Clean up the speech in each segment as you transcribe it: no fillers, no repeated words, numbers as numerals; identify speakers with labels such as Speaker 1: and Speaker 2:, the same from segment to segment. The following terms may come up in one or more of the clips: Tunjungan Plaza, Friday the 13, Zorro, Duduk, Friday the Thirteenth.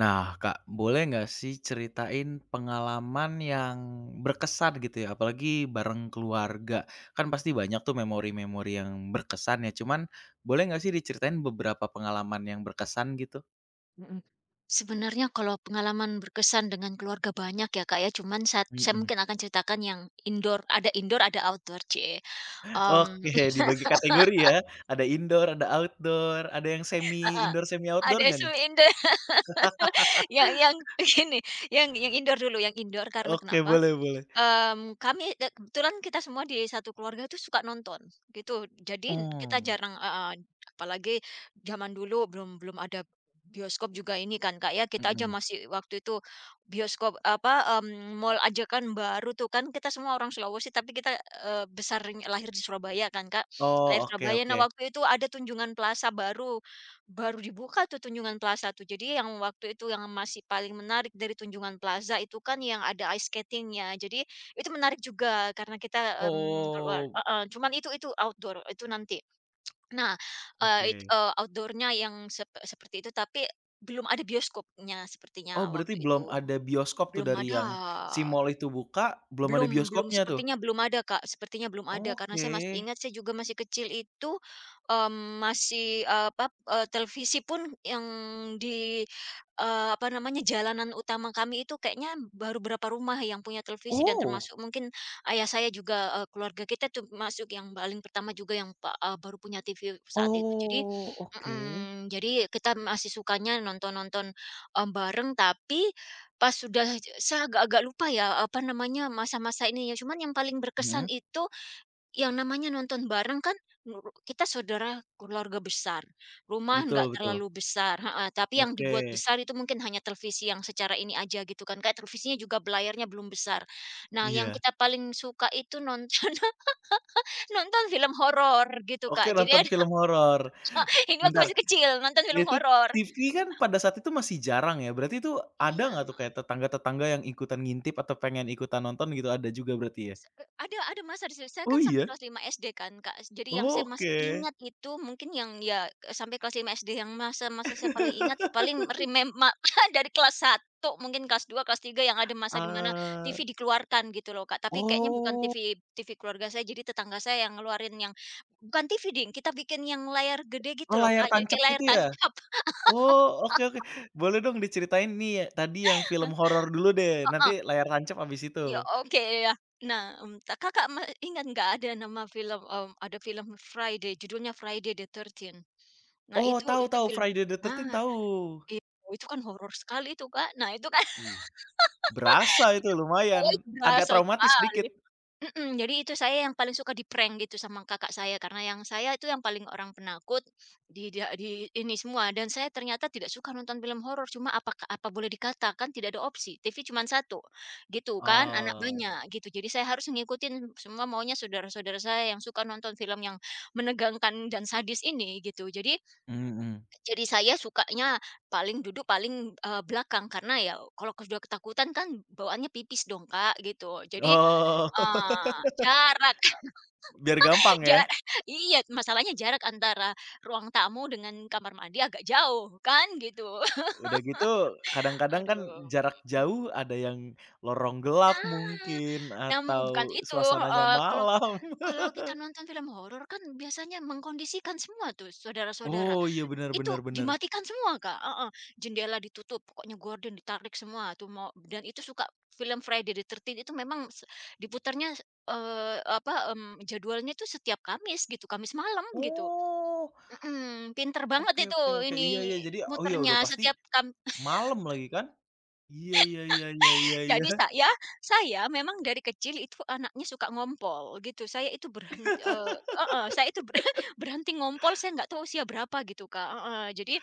Speaker 1: Nah, Kak, boleh nggak sih ceritain pengalaman yang berkesan gitu ya, apalagi bareng keluarga? Kan pasti banyak tuh memori-memori yang berkesan ya, cuman boleh nggak sih diceritain beberapa pengalaman yang berkesan gitu?
Speaker 2: Mhm. Sebenarnya kalau pengalaman berkesan dengan keluarga banyak ya, Kak, ya, cuman saat saya
Speaker 1: Mhm.
Speaker 2: mungkin akan ceritakan yang indoor, ada outdoor, cie. Mmm,
Speaker 1: Oke, dibagi kategori ya, ada indoor, ada outdoor, ada yang semi
Speaker 2: heeh,
Speaker 1: indoor, semi outdoor
Speaker 2: ada
Speaker 1: nggak nih?
Speaker 2: semi indoor yang ini, yang indoor dulu, yang indoor karena
Speaker 1: Oke,
Speaker 2: kenapa?
Speaker 1: boleh boleh.
Speaker 2: Kami kebetulan kita semua di satu keluarga itu suka nonton, gitu. Jadi kita
Speaker 1: Oh,
Speaker 2: jarang heeh, apalagi zaman dulu belum belum ada bioskop juga ini kan, Kak, ya. Kita aja
Speaker 1: mhm.
Speaker 2: masih waktu itu bioskop apa, mall aja kan baru tuh kan, kita semua orang Sulawesi tapi kita, besarnya lahir di Surabaya kan, Kak.
Speaker 1: Oh,
Speaker 2: Lahir
Speaker 1: oke
Speaker 2: Surabaya. Nah,
Speaker 1: oke.
Speaker 2: waktu itu ada Tunjungan Plaza baru baru dibuka tuh Tunjungan Plaza tuh. Jadi yang waktu itu yang masih paling menarik dari Tunjungan Plaza itu kan yang ada ice skatingnya. Jadi itu menarik juga karena kita, keluar
Speaker 1: Oh,
Speaker 2: heeh, cuman itu outdoor, itu nanti. Nah,
Speaker 1: oke.
Speaker 2: outdoor yang seperti itu, tapi belum ada bioskopnya
Speaker 1: Oh
Speaker 2: sepertinya
Speaker 1: berarti
Speaker 2: waktu
Speaker 1: belum
Speaker 2: itu,
Speaker 1: ada bioskop tuh
Speaker 2: belum
Speaker 1: dari
Speaker 2: ada.
Speaker 1: yang si mall itu buka, belum ada
Speaker 2: Belum belum,
Speaker 1: bioskopnya tuh?
Speaker 2: sepertinya belum ada, Kak, sepertinya belum ada karena
Speaker 1: Oke.
Speaker 2: saya masih ingat saya juga masih kecil itu, masih, apa, televisi pun yang di, apa namanya, jalanan utama kami itu kayaknya baru berapa rumah yang punya televisi dan
Speaker 1: Oh
Speaker 2: termasuk mungkin ayah saya juga, keluarga kita tuh masuk yang paling pertama juga yang baru punya TV saat itu. Jadi
Speaker 1: oh oke.
Speaker 2: mhm, jadi kita masih sukanya nonton-nonton, bareng tapi, pas sudah saya agak-agak lupa ya, apa namanya, masa-masa ini ya, cuman yang paling berkesan
Speaker 1: Mhm,
Speaker 2: itu yang namanya nonton bareng kan nuru kita saudara keluarga besar, rumah nggak
Speaker 1: betul betul.
Speaker 2: terlalu besar heeh, tapi yang dibuat
Speaker 1: Oke,
Speaker 2: besar itu mungkin hanya televisi yang secara ini aja gitu kan, kayak televisinya juga belayarnya belum besar. Nah, yang
Speaker 1: iya.
Speaker 2: kita paling suka itu nonton nonton film horor gitu,
Speaker 1: Oke
Speaker 2: Kak. Jadi
Speaker 1: nonton
Speaker 2: ada
Speaker 1: film horor.
Speaker 2: ini waktu
Speaker 1: Bentar,
Speaker 2: masih kecil, nonton film
Speaker 1: itu
Speaker 2: horor.
Speaker 1: TV kan pada saat itu masih jarang ya, berarti itu ada
Speaker 2: Iya,
Speaker 1: nggak tuh kayak tetangga-tetangga yang ikutan ngintip atau pengen ikutan nonton gitu ada juga berarti ya?
Speaker 2: Ada masa di situ. Saya
Speaker 1: Oh
Speaker 2: kan sampai
Speaker 1: iya?
Speaker 2: kelas 5 SD kan, Kak. Jadi yang
Speaker 1: Oh
Speaker 2: saya masih
Speaker 1: oke.
Speaker 2: ingat itu mungkin yang ya, sampai kelas 5 SD yang masa-masa saya paling ingat ya paling remem ma dari kelas satu mungkin kelas 2 kelas 3 yang ada masa di mana TV
Speaker 1: Eee,
Speaker 2: dikeluarkan gitu loh, Kak. Tapi kayaknya bukan
Speaker 1: oh
Speaker 2: TV TV keluarga saya, jadi tetangga saya yang ngeluarin yang bukan TV ding, kita bikin yang layar gede
Speaker 1: oh
Speaker 2: gitu loh,
Speaker 1: layar
Speaker 2: Kak. Jadi
Speaker 1: tancap
Speaker 2: kayak layar
Speaker 1: gitu ya?
Speaker 2: tancap.
Speaker 1: Oh, oke oke. Boleh dong diceritain nih ya, tadi yang film horor dulu deh, nanti
Speaker 2: Heeh.
Speaker 1: layar tancap abis itu.
Speaker 2: Ya, oke ya. Nah, mmm, ta Kakak ingat nggak ada nama film, ada film Friday, judulnya Friday the Thirteenth. Nah,
Speaker 1: Oh, tahu
Speaker 2: itu
Speaker 1: tahu,
Speaker 2: film
Speaker 1: Friday the 13
Speaker 2: nah,
Speaker 1: tahu.
Speaker 2: itu itu kan horor sekali itu, Kak. Nah, itu kan
Speaker 1: Wih, berasa itu
Speaker 2: itu
Speaker 1: lumayan,
Speaker 2: oh, itu
Speaker 1: agak
Speaker 2: berasa
Speaker 1: traumatis sedikit.
Speaker 2: sekali. Mhm, jadi itu saya yang paling suka di-prank gitu sama kakak saya, karena yang saya itu yang paling orang penakut di ini semua dan saya ternyata tidak suka nonton film horor, cuma apa apa boleh dikatakan tidak ada opsi, TV cuma satu gitu kan, anak
Speaker 1: Oh,
Speaker 2: banyak gitu. Jadi saya harus ngikutin semua maunya saudara-saudara saya yang suka nonton film yang menegangkan dan sadis ini gitu. Jadi
Speaker 1: mhm.
Speaker 2: jadi saya sukanya paling duduk paling, belakang karena ya kalau sudah ketakutan kan bawaannya pipis dong Kak, gitu. Jadi
Speaker 1: Oh,
Speaker 2: Jarak
Speaker 1: biar gampang ya.
Speaker 2: ja iya, masalahnya jarak antara ruang tamu dengan kamar mandi agak jauh kan gitu.
Speaker 1: Udah gitu kadang-kadang kan
Speaker 2: Aduh.
Speaker 1: jarak jauh ada yang lorong gelap
Speaker 2: Nah,
Speaker 1: mungkin
Speaker 2: bukan
Speaker 1: atau
Speaker 2: itu,
Speaker 1: suasananya
Speaker 2: heeh, kalau
Speaker 1: malam.
Speaker 2: kalau kita nonton film horor kan biasanya mengkondisikan semua tuh saudara-saudara.
Speaker 1: Oh, iya
Speaker 2: Itu
Speaker 1: benar-benar benar
Speaker 2: dimatikan semua, Kak, heeh, jendela ditutup, pokoknya gorden ditarik semua tuh mau dan itu suka film Friday the 13 itu memang diputarnya, apa, jadwalnya itu setiap Kamis gitu, Kamis malam
Speaker 1: benar.
Speaker 2: gitu.
Speaker 1: Oh.
Speaker 2: Mhm, pinter banget
Speaker 1: Oke
Speaker 2: itu
Speaker 1: oke oke, iya
Speaker 2: ini
Speaker 1: iya, jadi oh iya udah
Speaker 2: muternya
Speaker 1: pasti
Speaker 2: setiap
Speaker 1: malam lagi kan? Iya iya iya iya iya iya.
Speaker 2: jadi saya memang dari kecil itu anaknya suka ngompol gitu. Saya itu ber berhenti ngompol saya nggak tahu usia berapa gitu, Kak, heeh. Jadi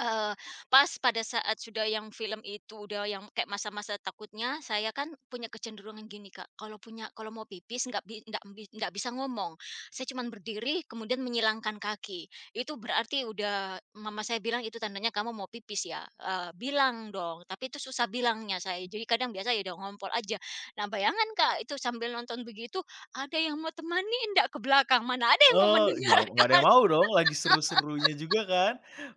Speaker 2: Eee, pas pada saat sudah yang film itu udah yang kayak masa-masa takutnya, saya kan punya kecenderungan gini, Kak, kalau punya kalau mau pipis nggak bi ndak bi ndak bisa ngomong. Saya cuman berdiri kemudian menyilangkan kaki. Itu berarti udah mama saya bilang, "Itu tandanya kamu mau pipis ya? Bilang dong." Tapi itu susah bilangnya saya. Jadi kadang biasa ya udah ngompol aja. Nah, bayangan, Kak, itu sambil nonton begitu, ada yang mau temani ndak ke belakang, mana ada yang mau
Speaker 1: Oh, nggak ada
Speaker 2: mendengarkan.
Speaker 1: yang mau dong, lagi seru-serunya juga kan,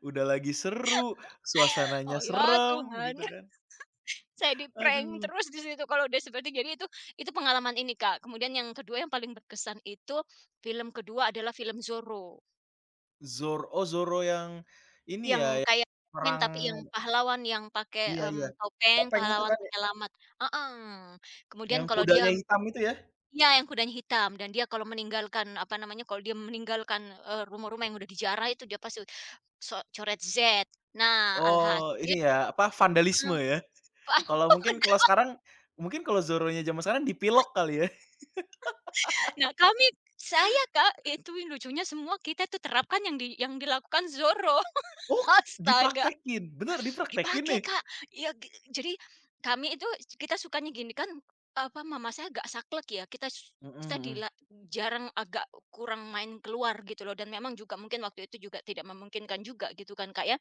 Speaker 1: udah lagi seru, suasananya
Speaker 2: Oh, ya
Speaker 1: serem
Speaker 2: Tuhan.
Speaker 1: gitu kan.
Speaker 2: Saya di-prank
Speaker 1: Aduh,
Speaker 2: terus di situ kalau udah seperti jadi itu pengalaman ini, Kak. Kemudian yang kedua yang paling berkesan itu film kedua adalah film Zorro,
Speaker 1: Zoro oh Zoro yang ini
Speaker 2: yang
Speaker 1: ya,
Speaker 2: kayak Batman
Speaker 1: perang
Speaker 2: tapi yang pahlawan yang pakai,
Speaker 1: iya iya,
Speaker 2: topeng
Speaker 1: topeng itu
Speaker 2: pahlawan
Speaker 1: kan ya,
Speaker 2: penyelamat heeh. Kemudian
Speaker 1: yang
Speaker 2: kalau dia
Speaker 1: kudanya hitam itu ya?
Speaker 2: iya yang kudanya hitam dan dia kalau meninggalkan apa namanya, kalau dia meninggalkan, rumah-rumah yang udah dijarah itu dia pasti so coret Z. Nah
Speaker 1: Oh,
Speaker 2: alhasil
Speaker 1: ini ya, apa, vandalisme ya? Kalau mungkin kalau sekarang mungkin kalau Zoronya zaman sekarang dipilok kali ya?
Speaker 2: Nah, saya, Kak, itu yang lucunya semua kita tuh terapkan yang yang dilakukan Zoro.
Speaker 1: Oh,
Speaker 2: Astaga,
Speaker 1: dipraktekin? Bener dipraktekin
Speaker 2: dipakai,
Speaker 1: nih?
Speaker 2: Kak. Ya jadi kami itu kita sukanya gini kan, apa, mama saya agak saklek ya, kita
Speaker 1: Mhm
Speaker 2: kita
Speaker 1: mhm
Speaker 2: jarang agak kurang main keluar gitu loh dan memang juga mungkin waktu itu juga tidak memungkinkan juga gitu kan, Kak, ya.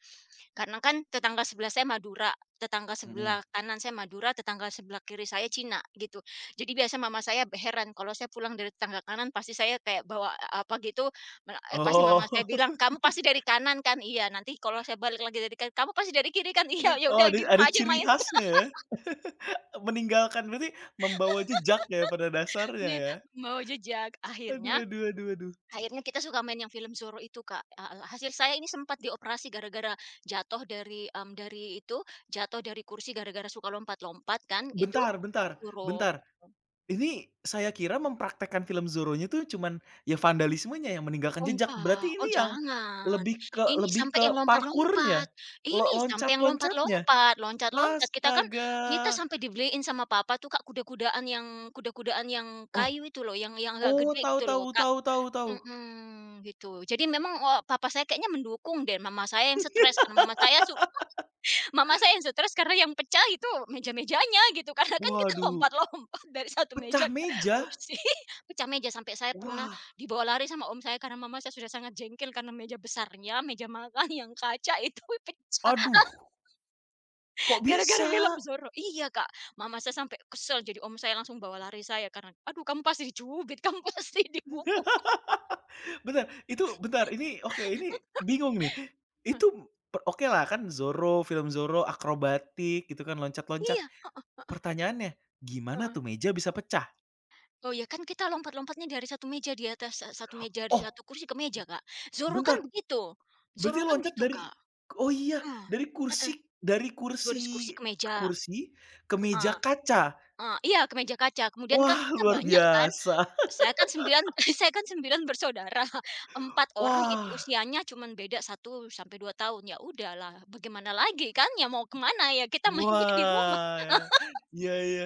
Speaker 2: Karena kan tetangga sebelah saya Madura, tetangga
Speaker 1: mhm.
Speaker 2: sebelah kanan saya Madura, tetangga sebelah kiri saya Cina, gitu. Jadi biasa mama saya heran kalau saya pulang dari tetangga kanan pasti saya kayak bawa, apa gitu, pasti mama saya
Speaker 1: Oh.
Speaker 2: bilang, "Kamu pasti dari kanan kan?" "Iya." "Nanti kalau saya balik lagi dari kanan. Kamu pasti dari kiri kan?" "Iya." "Ya
Speaker 1: Oh,
Speaker 2: udah di
Speaker 1: ada
Speaker 2: rumah aja
Speaker 1: ciri
Speaker 2: main."
Speaker 1: khasnya ya? Meninggalkan berarti membawa jejak ya pada dasarnya
Speaker 2: Nih,
Speaker 1: ya?
Speaker 2: membawa jejak.
Speaker 1: Aduh
Speaker 2: Akhirnya
Speaker 1: aduh aduh aduh.
Speaker 2: Akhirnya kita suka main yang film Zorro itu, Kak, heeh, hasil saya ini sempat dioperasi gara-gara jatuh dari, jatuh dari kursi gara-gara suka lompat-lompat kan itu,
Speaker 1: Bentar bentar
Speaker 2: Zorro.
Speaker 1: bentar, ini saya kira mempraktekkan film Zorro-nya tuh cuman ya vandalismenya yang meninggalkan
Speaker 2: Oh
Speaker 1: jejak,
Speaker 2: enggak,
Speaker 1: berarti
Speaker 2: oh
Speaker 1: ini yang
Speaker 2: jangan,
Speaker 1: lebih ke
Speaker 2: ini
Speaker 1: lebih
Speaker 2: sampai
Speaker 1: ke
Speaker 2: yang lompat-lompat,
Speaker 1: parkurnya? Lo
Speaker 2: ini sampai yang
Speaker 1: loncat-loncatnya?
Speaker 2: lompat-lompat, loncat-loncat, kita
Speaker 1: Astaga.
Speaker 2: sampai dibeliin sama papa tuh, Kak, kuda-kudaan yang
Speaker 1: Oh
Speaker 2: kayu itu loh, yang agak
Speaker 1: oh,
Speaker 2: gede
Speaker 1: tahu
Speaker 2: gitu loh,
Speaker 1: tahu
Speaker 2: Kak
Speaker 1: tahu tahu tahu.
Speaker 2: mhm, gitu. Jadi memang, papa saya kayaknya mendukung dan mama saya yang stres, karena Mama saya yang stres karena yang pecah itu meja-mejanya gitu, karena kan kita
Speaker 1: Waduh,
Speaker 2: lompat-lompat dari satu meja
Speaker 1: pecah
Speaker 2: ke
Speaker 1: meja?
Speaker 2: kursi, pecah meja sampai saya pernah
Speaker 1: Wah.
Speaker 2: dibawa lari sama om saya karena mama saya sudah sangat jengkel karena meja besarnya, meja makan yang kaca itu pecah
Speaker 1: Aduh, kok
Speaker 2: gara-gara
Speaker 1: bisa?
Speaker 2: film Zorro. Iya, Kak, mama saya sampai kesel jadi om saya langsung bawa lari saya karena, "Aduh kamu pasti dicubit, kamu pasti dipukul."
Speaker 1: Bentar, itu bentar, ini oke, ini bingung nih. Itu per- oke lah kan Zorro, film Zorro akrobatik gitu kan, loncat-loncat.
Speaker 2: Iya,
Speaker 1: Pertanyaannya, gimana
Speaker 2: heeh.
Speaker 1: tuh meja bisa pecah?
Speaker 2: Oh ya kan kita lompat-lompatnya dari satu meja di atas, satu meja, dari
Speaker 1: Oh,
Speaker 2: satu kursi ke meja, Kak. Zorro kan
Speaker 1: bentar,
Speaker 2: begitu,
Speaker 1: berarti
Speaker 2: Zorro kan
Speaker 1: loncat
Speaker 2: gitu,
Speaker 1: dari
Speaker 2: Kak.
Speaker 1: oh iya,
Speaker 2: Heeh,
Speaker 1: dari
Speaker 2: heeh,
Speaker 1: kursi dari
Speaker 2: 12
Speaker 1: kursi
Speaker 2: kursi ke meja,
Speaker 1: kursi ke meja
Speaker 2: heeh
Speaker 1: kaca.
Speaker 2: heeh, iya ke meja kaca kemudian kan
Speaker 1: Wah,
Speaker 2: kita
Speaker 1: luar
Speaker 2: banyak kan,
Speaker 1: biasa.
Speaker 2: saya kan 9, saya kan 9 bersaudara, 4 orang itu
Speaker 1: Wah.
Speaker 2: usianya cuman beda 1 sampai 2 tahun, ya udahlah bagaimana lagi kan ya mau kemana ya kita mainnya di rumah.
Speaker 1: Wah, iya iya.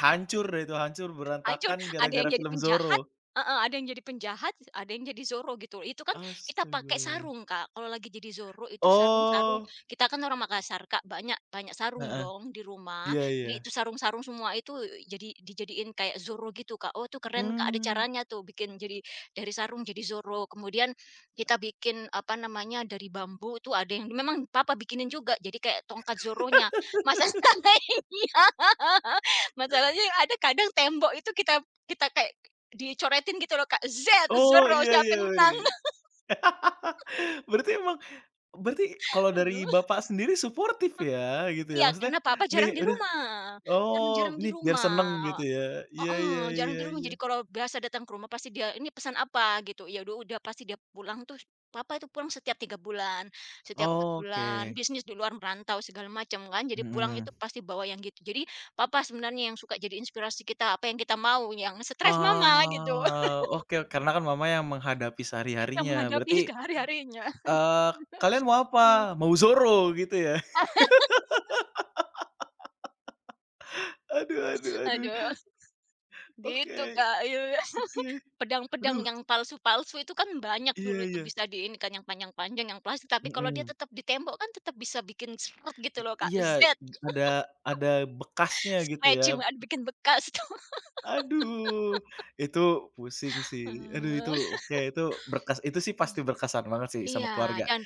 Speaker 1: Hancur deh itu, hancur
Speaker 2: Hancur,
Speaker 1: berantakan
Speaker 2: ada yang
Speaker 1: gara-gara
Speaker 2: jadi
Speaker 1: film Zorro.
Speaker 2: penjahat heeh, ada yang jadi penjahat, ada yang jadi zoro gitu. Itu kan kita pakai
Speaker 1: Astaga.
Speaker 2: sarung, Kak. Kalau lagi jadi zoro itu sarung-sarung
Speaker 1: Oh,
Speaker 2: kita kan orang Makassar, Kak, banyak banyak sarung
Speaker 1: heeh,
Speaker 2: dong di rumah.
Speaker 1: iya
Speaker 2: Jadi
Speaker 1: iya.
Speaker 2: itu sarung-sarung semua itu jadi dijadiin kayak zoro gitu, Kak. Oh tuh keren, Kak, ada
Speaker 1: Mmm,
Speaker 2: caranya tuh bikin jadi dari sarung jadi zoro. Kemudian kita bikin apa namanya, dari bambu tuh ada yang memang papa bikinin juga, jadi kayak tongkat zoronya. Masa iya. Masalahnya ada kadang tembok itu kita kita kayak dicoretin gitu loh, Kak, Z,
Speaker 1: oh,
Speaker 2: zero,
Speaker 1: iya
Speaker 2: siapa
Speaker 1: iya
Speaker 2: yang
Speaker 1: berarti.
Speaker 2: menang.
Speaker 1: Berarti emang berarti kalau dari
Speaker 2: Heeh.
Speaker 1: Bapak sendiri suportif ya, gitu ya?
Speaker 2: Iya,
Speaker 1: Maksudnya,
Speaker 2: karena papa
Speaker 1: nih
Speaker 2: jarang di
Speaker 1: udah
Speaker 2: rumah karena
Speaker 1: oh,
Speaker 2: jarang di
Speaker 1: nih biar seneng gitu
Speaker 2: rumah
Speaker 1: ya? Iya iya
Speaker 2: heeh, jarang
Speaker 1: iya
Speaker 2: di rumah.
Speaker 1: iya.
Speaker 2: Jadi kalau biasa datang ke rumah pasti dia, "Ini pesan apa?" gitu. Ya udah pasti dia pulang tuh papa itu pulang setiap 3 bulan, setiap empat
Speaker 1: Oke,
Speaker 2: bulan, bisnis di luar merantau segala macam kan, jadi pulang
Speaker 1: mhm.
Speaker 2: itu pasti bawa yang gitu. Jadi papa sebenarnya yang suka jadi inspirasi kita, apa yang kita mau, yang stres mama gitu,
Speaker 1: Oh, oke, karena kan mama yang menghadapi
Speaker 2: yang
Speaker 1: sehari-harinya,
Speaker 2: menghadapi
Speaker 1: berarti
Speaker 2: sehari-harinya.
Speaker 1: Eee, kalian mau
Speaker 2: Mmm,
Speaker 1: apa? Mau Zoro gitu ya? Aduh aduh aduh.
Speaker 2: aduh gitu,
Speaker 1: Oke
Speaker 2: Kak, iya. Iya.
Speaker 1: oke.
Speaker 2: Pedang-pedang
Speaker 1: Aduh,
Speaker 2: yang palsu-palsu itu kan banyak
Speaker 1: iya
Speaker 2: dulu itu
Speaker 1: iya.
Speaker 2: bisa di ini kan yang panjang-panjang, yang plastik, tapi kalau dia
Speaker 1: Mhm.
Speaker 2: tetap di tembok kan tetap bisa bikin spot gitu loh, Kak,
Speaker 1: Iya,
Speaker 2: Z,
Speaker 1: ada ada bekasnya gitu
Speaker 2: scratch,
Speaker 1: ya.
Speaker 2: cuma bikin bekas tuh.
Speaker 1: Aduh, itu pusing sih. Aduh itu oke, itu berkas itu sih pasti berkesan banget sih sama
Speaker 2: Iya,
Speaker 1: keluarga.
Speaker 2: dan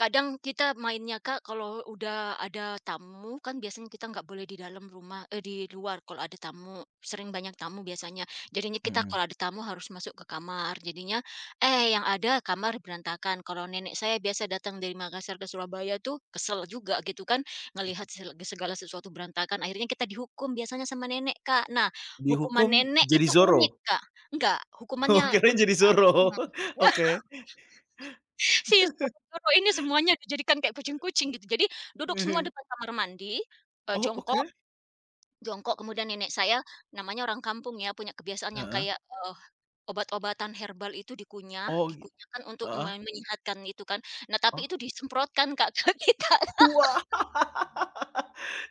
Speaker 2: kadang kita mainnya, Kak, kalau udah ada tamu kan biasanya kita nggak boleh di dalam rumah eh, di luar kalau ada tamu, sering banyak tamu biasanya. Jadinya kita
Speaker 1: Mhm.
Speaker 2: kalau ada tamu harus masuk ke kamar. Jadinya eh yang ada kamar berantakan. Kalau nenek saya biasa datang dari Makassar ke Surabaya tuh kesel juga gitu kan ngelihat segala sesuatu berantakan. Akhirnya kita dihukum biasanya sama nenek, Kak. Nah, hukuman
Speaker 1: Dihukum
Speaker 2: nenek
Speaker 1: jadi
Speaker 2: itu
Speaker 1: Zoro.
Speaker 2: unik, Kak. Enggak,
Speaker 1: Oh
Speaker 2: hukumannya
Speaker 1: kirain
Speaker 2: unik,
Speaker 1: jadi
Speaker 2: Kak.
Speaker 1: Zoro.
Speaker 2: Hmm.
Speaker 1: Oke.
Speaker 2: Si suami guru ini semuanya dijadikan kayak kucing-kucing gitu. Jadi duduk semua depan kamar mandi,
Speaker 1: Oh
Speaker 2: jongkok
Speaker 1: oke.
Speaker 2: jongkok, kemudian nenek saya namanya orang kampung ya, punya kebiasaan yang
Speaker 1: Heeh.
Speaker 2: kayak, obat-obatan herbal itu dikunyah,
Speaker 1: Oh, gi
Speaker 2: dikunyahkan untuk
Speaker 1: heeh.
Speaker 2: menyehatkan itu kan. Nah, tapi
Speaker 1: Oh.
Speaker 2: itu disemprotkan Kak, ke kita.
Speaker 1: Wah.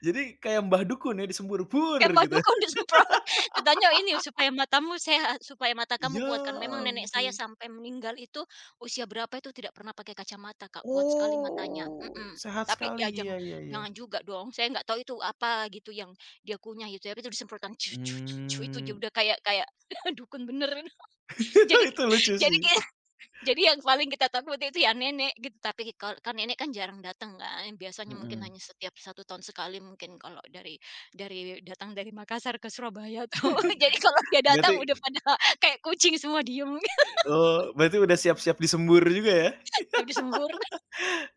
Speaker 1: Jadi kayak Mbah Dukun ya disembur, "Bur!"
Speaker 2: Kayak
Speaker 1: gitu.
Speaker 2: madu kan disemprot. Katanya ini supaya matamu sehat, supaya mata kamu
Speaker 1: Ya
Speaker 2: kuat kan. Memang nenek saya
Speaker 1: ampun.
Speaker 2: sampai meninggal itu usia berapa itu tidak pernah pakai kacamata, Kak, kuat sekali matanya,
Speaker 1: Oh,
Speaker 2: mhm.
Speaker 1: sehat
Speaker 2: Tapi
Speaker 1: sekali,
Speaker 2: ya
Speaker 1: iya
Speaker 2: jangan
Speaker 1: iya iya.
Speaker 2: jangan juga dong, saya nggak tahu itu apa gitu yang dia kunyah itu ya, tapi itu disemprotkan itu
Speaker 1: Mmm.
Speaker 2: udah kayak kayak dukun beneran. Jadi
Speaker 1: Itu lucu
Speaker 2: jadi
Speaker 1: sih.
Speaker 2: ki jadi yang paling kita takuti itu ya nenek gitu, tapi kalau kan nenek kan jarang datang kan, biasanya mungkin
Speaker 1: Mhm.
Speaker 2: hanya setiap satu tahun sekali mungkin kalau dari datang dari Makassar ke Surabaya tuh. Jadi kalau dia
Speaker 1: Berarti
Speaker 2: datang udah pada kayak kucing semua diem gitu,
Speaker 1: oh, berarti udah siap-siap disembur juga ya?
Speaker 2: habis sembur.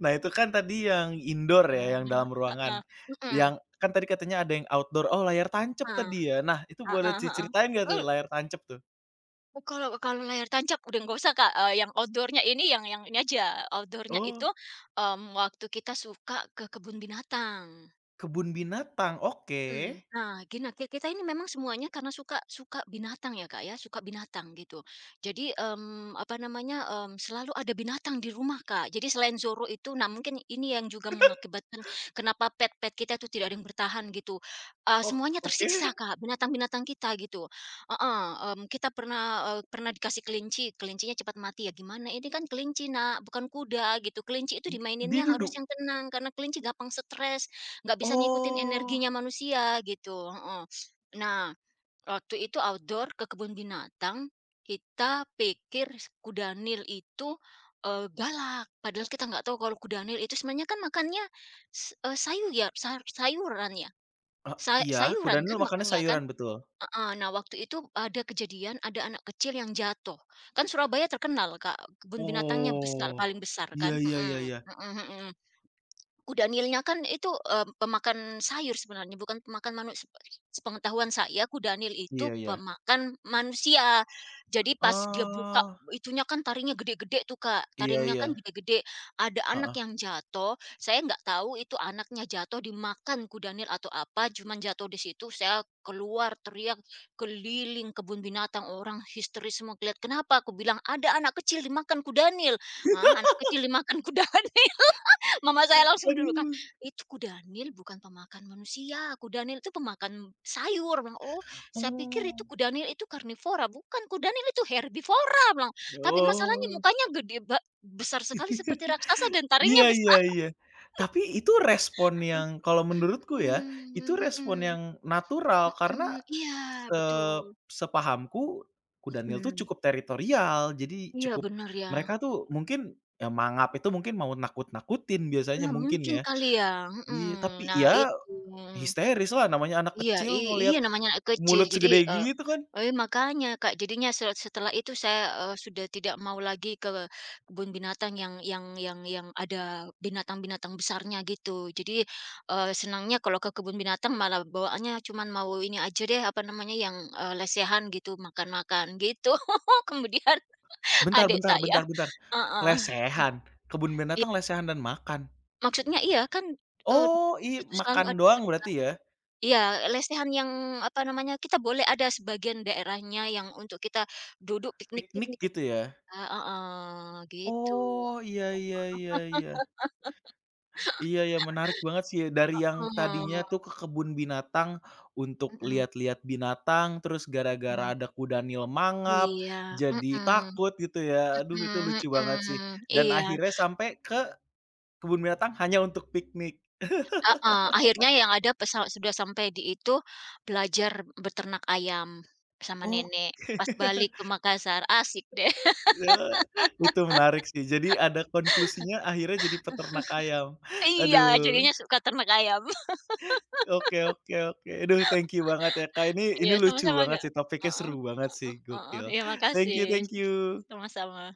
Speaker 1: Nah itu kan tadi yang indoor
Speaker 2: Eee,
Speaker 1: ya, yang dalam ruangan.
Speaker 2: heeh, mhm,
Speaker 1: Yang kan tadi katanya ada yang outdoor, oh layar tancap
Speaker 2: heeh,
Speaker 1: tadi ya? Nah itu boleh
Speaker 2: heeh heeh.
Speaker 1: diceritain nggak tuh
Speaker 2: Eee,
Speaker 1: layar tancap tuh?
Speaker 2: kalau kalau layar tancap udah nggak usah Kak, yang outdoor ini yang ini aja, outdoor
Speaker 1: Oh,
Speaker 2: itu, waktu kita suka ke kebun binatang.
Speaker 1: kebun binatang, oke.
Speaker 2: Mhm. Nah, gina ki kita ini memang semuanya karena suka suka binatang ya, Kak, ya, suka binatang gitu. Jadi, apa namanya, selalu ada binatang di rumah, Kak. Jadi selain Zoro itu, nah mungkin ini yang juga mengakibatkan kenapa pet-pet kita itu tidak ada yang bertahan gitu. Eee,
Speaker 1: Ok
Speaker 2: semuanya
Speaker 1: oke,
Speaker 2: tersiksa, Kak, binatang-binatang kita gitu. Heeh. Kita pernah dikasih kelinci, kelincinya cepat mati, ya gimana, ini kan kelinci, Nak, bukan kuda gitu. Kelinci itu
Speaker 1: di
Speaker 2: dimaininnya harus
Speaker 1: Duduk?
Speaker 2: yang tenang karena kelinci gampang stres. Nggak bisa ngikutin
Speaker 1: Oh.
Speaker 2: energinya manusia gitu, heeh. Nah, waktu itu outdoor ke kebun binatang, kita pikir kudanil itu, galak, padahal kita nggak tahu kalau kudanil itu sebenarnya kan makannya s eee, sayu ya,
Speaker 1: E
Speaker 2: sa
Speaker 1: iya,
Speaker 2: sayuran
Speaker 1: kudanil
Speaker 2: kan
Speaker 1: makannya
Speaker 2: makannya kan?
Speaker 1: sayuran, betul.
Speaker 2: Heeh. Nah, waktu itu ada kejadian ada anak kecil yang jatuh. Kan Surabaya terkenal Kak, kebun binatangnya besar
Speaker 1: Oh.
Speaker 2: paling besar
Speaker 1: Iya
Speaker 2: kan?
Speaker 1: iya iya
Speaker 2: Mhm,
Speaker 1: iya.
Speaker 2: mhm mhm. Kuda nilnya kan itu, pemakan sayur sebenarnya, bukan pemakan manusia. Sepengetahuan saya, kuda nil itu
Speaker 1: Iya iya.
Speaker 2: pemakan manusia. Jadi pas dia buka
Speaker 1: Oh,
Speaker 2: itunya kan taringnya gede-gede tuh, Kak,
Speaker 1: iya
Speaker 2: taringnya
Speaker 1: iya,
Speaker 2: kan gede-gede. Ada anak
Speaker 1: heeh.
Speaker 2: yang jatuh, saya nggak tahu itu anaknya jatuh dimakan kuda nil atau apa, cuman jatuh di situ, saya keluar teriak keliling kebun binatang, orang histeris semua ngelihat, "Kenapa?" Aku bilang, "Ada anak kecil dimakan kuda nil." "Hah, anak kecil dimakan kuda nil?" Mama saya langsung dulu kan,
Speaker 1: Aduh,
Speaker 2: "Itu kudanil bukan pemakan manusia, kudanil itu pemakan sayur." Bilang, "Oh, saya pikir itu
Speaker 1: oh,
Speaker 2: kudanil itu karnivora." "Bukan, kudanil itu herbivora," bilang. "Tapi masalahnya
Speaker 1: oh,
Speaker 2: mukanya gede ba besar sekali seperti raksasa dan taringnya
Speaker 1: iya iya
Speaker 2: besar."
Speaker 1: iya. Tapi itu respon yang kalau menurutku ya, itu
Speaker 2: Mhm,
Speaker 1: respon
Speaker 2: mhm
Speaker 1: yang natural karena
Speaker 2: mhm, iya
Speaker 1: se
Speaker 2: betul,
Speaker 1: sepahamku kudanil tuh
Speaker 2: mhm.
Speaker 1: cukup teritorial, jadi
Speaker 2: Iya
Speaker 1: cukup
Speaker 2: benar ya.
Speaker 1: mereka tuh mungkin ya mangap itu mungkin mau nakut-nakutin biasanya
Speaker 2: Nah
Speaker 1: mungkin
Speaker 2: mungkin
Speaker 1: ya.
Speaker 2: kali ya, mhm,
Speaker 1: Iya, tapi
Speaker 2: nah
Speaker 1: ya
Speaker 2: itu.
Speaker 1: histeris lah namanya anak
Speaker 2: Iya,
Speaker 1: kecil ngelihat
Speaker 2: iya namanya anak kecil.
Speaker 1: mulut
Speaker 2: Jadi,
Speaker 1: segede gitu kan.
Speaker 2: makanya Kak, jadinya setelah itu saya, sudah tidak mau lagi ke kebun binatang yang ada binatang-binatang besarnya gitu. Jadi, senangnya kalau ke kebun binatang malah bawaannya cuman mau ini aja deh, apa namanya, yang, lesehan gitu, makan-makan gitu. Kemudian
Speaker 1: "Bentar
Speaker 2: adik
Speaker 1: bentar
Speaker 2: saya
Speaker 1: bentar bentar,
Speaker 2: heeh,
Speaker 1: lesehan? Kebun
Speaker 2: iya,
Speaker 1: binatang lesehan dan makan?
Speaker 2: maksudnya iya kan, eee,
Speaker 1: Oh
Speaker 2: di
Speaker 1: i
Speaker 2: situ selalu
Speaker 1: makan
Speaker 2: ada
Speaker 1: doang
Speaker 2: kan
Speaker 1: berarti ya?
Speaker 2: Iya, lesehan yang, apa namanya, kita boleh ada sebagian daerahnya yang untuk kita duduk
Speaker 1: Piknik
Speaker 2: piknik-piknik,
Speaker 1: gitu ya?
Speaker 2: Kak, heeh, gitu,
Speaker 1: Oh, iya iya iya iya. Iya iya menarik banget sih ya dari yang tadinya
Speaker 2: heeh,
Speaker 1: tuh ke kebun binatang untuk
Speaker 2: mhm
Speaker 1: lihat-lihat binatang, terus gara-gara
Speaker 2: mhm,
Speaker 1: ada kuda Nil mangap,
Speaker 2: iya,
Speaker 1: jadi
Speaker 2: mhm
Speaker 1: takut gitu ya. Aduh itu
Speaker 2: mhm
Speaker 1: lucu banget sih
Speaker 2: mhm,
Speaker 1: dan
Speaker 2: iya,
Speaker 1: akhirnya sampai ke kebun binatang hanya untuk piknik.
Speaker 2: heeh, akhirnya yang ada sudah sampai di itu, belajar beternak ayam sama
Speaker 1: Oke.
Speaker 2: nenek, pas balik ke Makassar, asik deh.
Speaker 1: Eee, itu menarik sih. Jadi ada konklusinya akhirnya jadi peternak ayam.
Speaker 2: Iya,
Speaker 1: Aduh,
Speaker 2: jadinya suka ternak ayam.
Speaker 1: oke oke oke. Aduh thank you banget ya Kak,
Speaker 2: Iya,
Speaker 1: ini lucu
Speaker 2: sama-sama,
Speaker 1: banget
Speaker 2: Kak,
Speaker 1: sih, topiknya
Speaker 2: heeh
Speaker 1: seru banget sih,
Speaker 2: heeh heeh,
Speaker 1: gokil.
Speaker 2: iya
Speaker 1: Thank
Speaker 2: makasih,
Speaker 1: you thank you.
Speaker 2: sama-sama.